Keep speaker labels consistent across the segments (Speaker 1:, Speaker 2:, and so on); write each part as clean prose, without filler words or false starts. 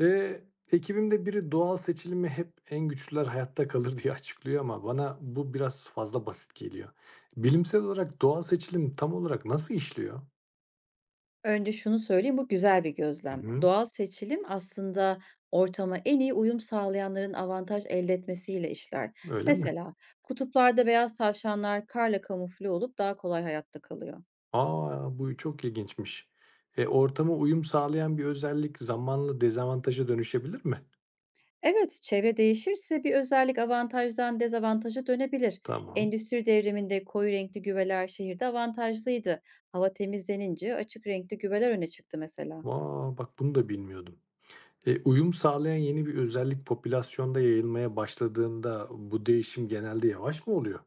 Speaker 1: Eee, ekibimde biri doğal seçilimi hep en güçlüler hayatta kalır diye açıklıyor ama bana bu biraz fazla basit geliyor. Bilimsel olarak doğal seçilim tam olarak nasıl işliyor?
Speaker 2: Önce şunu söyleyeyim, bu güzel bir
Speaker 1: Hı
Speaker 2: gözlem.
Speaker 1: hı,
Speaker 2: Doğal seçilim aslında ortama en iyi uyum sağlayanların avantaj elde etmesiyle işler.
Speaker 1: öyle mi?
Speaker 2: Mesela kutuplarda beyaz tavşanlar karla kamufle olup daha kolay hayatta kalıyor.
Speaker 1: Aa, bu çok ilginçmiş. Ortama uyum sağlayan bir özellik zamanla dezavantaja dönüşebilir mi?
Speaker 2: Evet, çevre değişirse bir özellik avantajdan dezavantaja dönebilir.
Speaker 1: Tamam.
Speaker 2: Endüstri devriminde koyu renkli güveler şehirde avantajlıydı. Hava temizlenince açık renkli güveler öne çıktı mesela.
Speaker 1: Aa, bak bunu da bilmiyordum. Uyum sağlayan yeni bir özellik popülasyonda yayılmaya başladığında bu değişim genelde yavaş mı oluyor?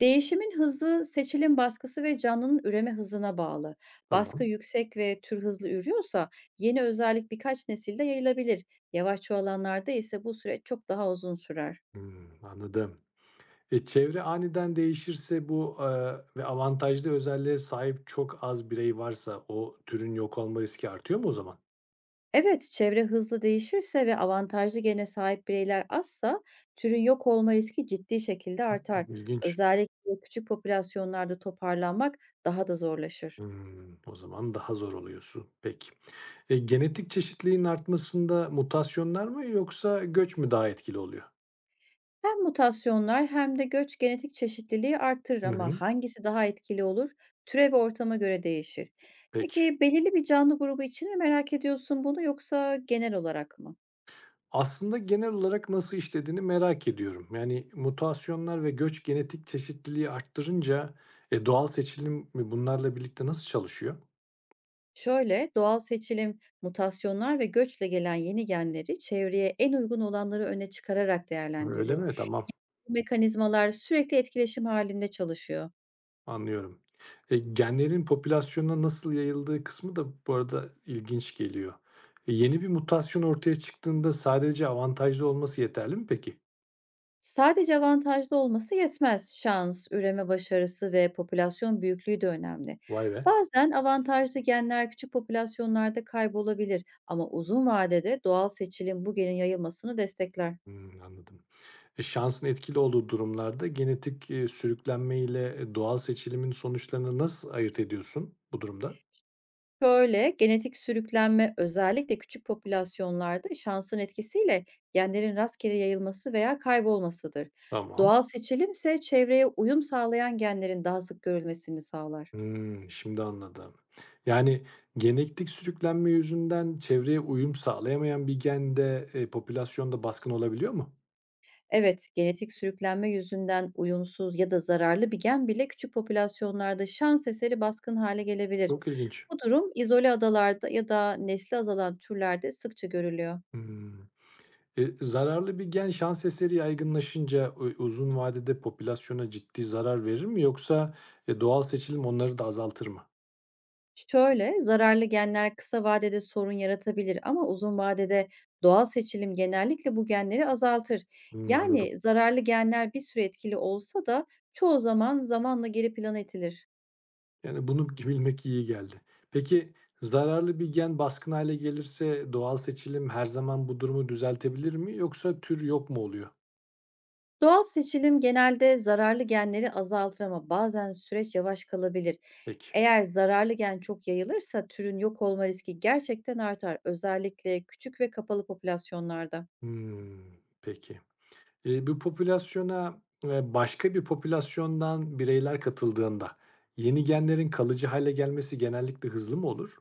Speaker 2: Değişimin hızı seçilim baskısı ve canlının üreme hızına bağlı. Baskı
Speaker 1: Tamam.
Speaker 2: yüksek ve tür hızlı ürüyorsa yeni özellik birkaç nesilde yayılabilir. Yavaş çoğalanlarda ise bu süreç çok daha uzun sürer.
Speaker 1: Hmm, anladım. Çevre aniden değişirse ve avantajlı özelliğe sahip çok az birey varsa o türün yok olma riski artıyor mu o zaman?
Speaker 2: Evet, çevre hızlı değişirse ve avantajlı gene sahip bireyler azsa türün yok olma riski ciddi şekilde artar.
Speaker 1: İlginç.
Speaker 2: Özellikle küçük popülasyonlarda toparlanmak daha da zorlaşır.
Speaker 1: Hımm, o zaman daha zor oluyorsun. Peki. Genetik çeşitliliğin artmasında mutasyonlar mı yoksa göç mü daha etkili oluyor?
Speaker 2: Hem mutasyonlar hem de göç genetik çeşitliliği artırır
Speaker 1: Hı
Speaker 2: ama
Speaker 1: hı.
Speaker 2: hangisi daha etkili olur? Türe ve ortama göre değişir.
Speaker 1: Peki.
Speaker 2: Peki belirli bir canlı grubu için mi merak ediyorsun bunu yoksa genel olarak mı?
Speaker 1: Aslında genel olarak nasıl işlediğini merak ediyorum. Yani mutasyonlar ve göç genetik çeşitliliği arttırınca, doğal seçilim bunlarla birlikte nasıl çalışıyor?
Speaker 2: Şöyle, doğal seçilim, mutasyonlar ve göçle gelen yeni genleri çevreye en uygun olanları öne çıkararak
Speaker 1: Öyle
Speaker 2: değerlendiriyor.
Speaker 1: mi? Tamam.
Speaker 2: Yani bu mekanizmalar sürekli etkileşim halinde çalışıyor.
Speaker 1: Anlıyorum. Genlerin popülasyona nasıl yayıldığı kısmı da bu arada ilginç geliyor. Yeni bir mutasyon ortaya çıktığında sadece avantajlı olması yeterli mi peki?
Speaker 2: Sadece avantajlı olması yetmez. Şans, üreme başarısı ve popülasyon büyüklüğü de önemli.
Speaker 1: Vay be.
Speaker 2: Bazen avantajlı genler küçük popülasyonlarda kaybolabilir ama uzun vadede doğal seçilim bu genin yayılmasını destekler.
Speaker 1: Hmm, anladım. Şansın etkili olduğu durumlarda genetik sürüklenme ile doğal seçilimin sonuçlarını nasıl ayırt ediyorsun bu durumda?
Speaker 2: Böyle genetik sürüklenme özellikle küçük popülasyonlarda şansın etkisiyle genlerin rastgele yayılması veya kaybolmasıdır.
Speaker 1: Tamam.
Speaker 2: Doğal seçilim ise çevreye uyum sağlayan genlerin daha sık görülmesini sağlar.
Speaker 1: Hmm, şimdi anladım. Yani genetik sürüklenme yüzünden çevreye uyum sağlayamayan bir gen de popülasyonda baskın olabiliyor mu?
Speaker 2: Evet, genetik sürüklenme yüzünden uyumsuz ya da zararlı bir gen bile küçük popülasyonlarda şans eseri baskın hale gelebilir.
Speaker 1: Çok ilginç.
Speaker 2: Bu durum izole adalarda ya da nesli azalan türlerde sıkça görülüyor.
Speaker 1: Hımm. Zararlı bir gen şans eseri yaygınlaşınca uzun vadede popülasyona ciddi zarar verir mi yoksa doğal seçilim onları da azaltır mı?
Speaker 2: Şöyle, zararlı genler kısa vadede sorun yaratabilir ama uzun vadede doğal seçilim genellikle bu genleri azaltır.
Speaker 1: Hımm, anladım.
Speaker 2: Yani zararlı genler bir süre etkili olsa da çoğu zaman zamanla geri plana itilir.
Speaker 1: Yani, bunu bilmek iyi geldi. Peki, zararlı bir gen baskın hale gelirse doğal seçilim her zaman bu durumu düzeltebilir mi yoksa tür yok mu oluyor?
Speaker 2: Doğal seçilim genelde zararlı genleri azaltır ama bazen süreç yavaş kalabilir.
Speaker 1: Peki.
Speaker 2: Eğer zararlı gen çok yayılırsa türün yok olma riski gerçekten artar, özellikle küçük ve kapalı popülasyonlarda.
Speaker 1: Hımm, peki. Bu popülasyona, başka bir popülasyondan bireyler katıldığında yeni genlerin kalıcı hale gelmesi genellikle hızlı mı olur?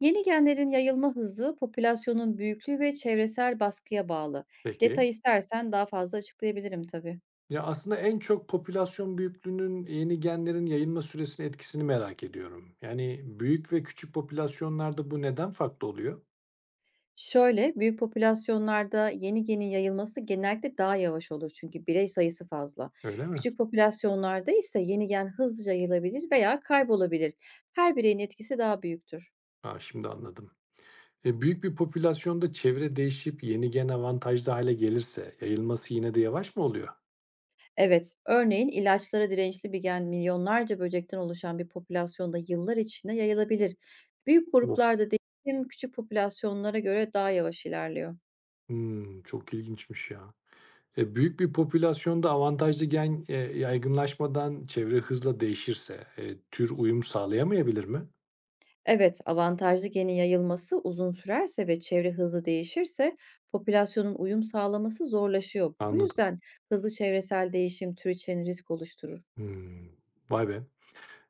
Speaker 2: Yeni genlerin yayılma hızı popülasyonun büyüklüğü ve çevresel baskıya bağlı.
Speaker 1: Peki.
Speaker 2: Detay istersen daha fazla açıklayabilirim tabii.
Speaker 1: Ya, aslında en çok popülasyon büyüklüğünün yeni genlerin yayılma süresinin etkisini merak ediyorum. Yani, büyük ve küçük popülasyonlarda bu neden farklı oluyor?
Speaker 2: Şöyle, büyük popülasyonlarda yeni genin yayılması genellikle daha yavaş olur çünkü birey sayısı fazla.
Speaker 1: Öyle mi?
Speaker 2: Küçük popülasyonlarda ise yeni gen hızlıca yayılabilir veya kaybolabilir. Her bireyin etkisi daha büyüktür.
Speaker 1: A, şimdi anladım. Büyük bir popülasyonda çevre değişip yeni gen avantajlı hale gelirse yayılması yine de yavaş mı oluyor?
Speaker 2: Evet, örneğin ilaçlara dirençli bir gen milyonlarca böcekten oluşan bir popülasyonda yıllar içinde yayılabilir. Büyük
Speaker 1: Of!
Speaker 2: gruplarda değişim küçük popülasyonlara göre daha yavaş ilerliyor.
Speaker 1: Hımm, çok ilginçmiş ya. Büyük bir popülasyonda avantajlı gen yaygınlaşmadan çevre hızla değişirse, tür uyum sağlayamayabilir mi?
Speaker 2: Evet, avantajlı genin yayılması uzun sürerse ve çevre hızlı değişirse popülasyonun uyum sağlaması zorlaşıyor. Bu
Speaker 1: Anladım.
Speaker 2: yüzden hızlı çevresel değişim tür için risk oluşturur.
Speaker 1: Hımm. Vay be!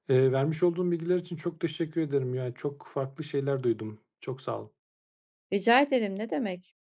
Speaker 1: Vermiş olduğun bilgiler için çok teşekkür ederim. Yani, çok farklı şeyler duydum. Çok sağ ol.
Speaker 2: Rica ederim, ne demek?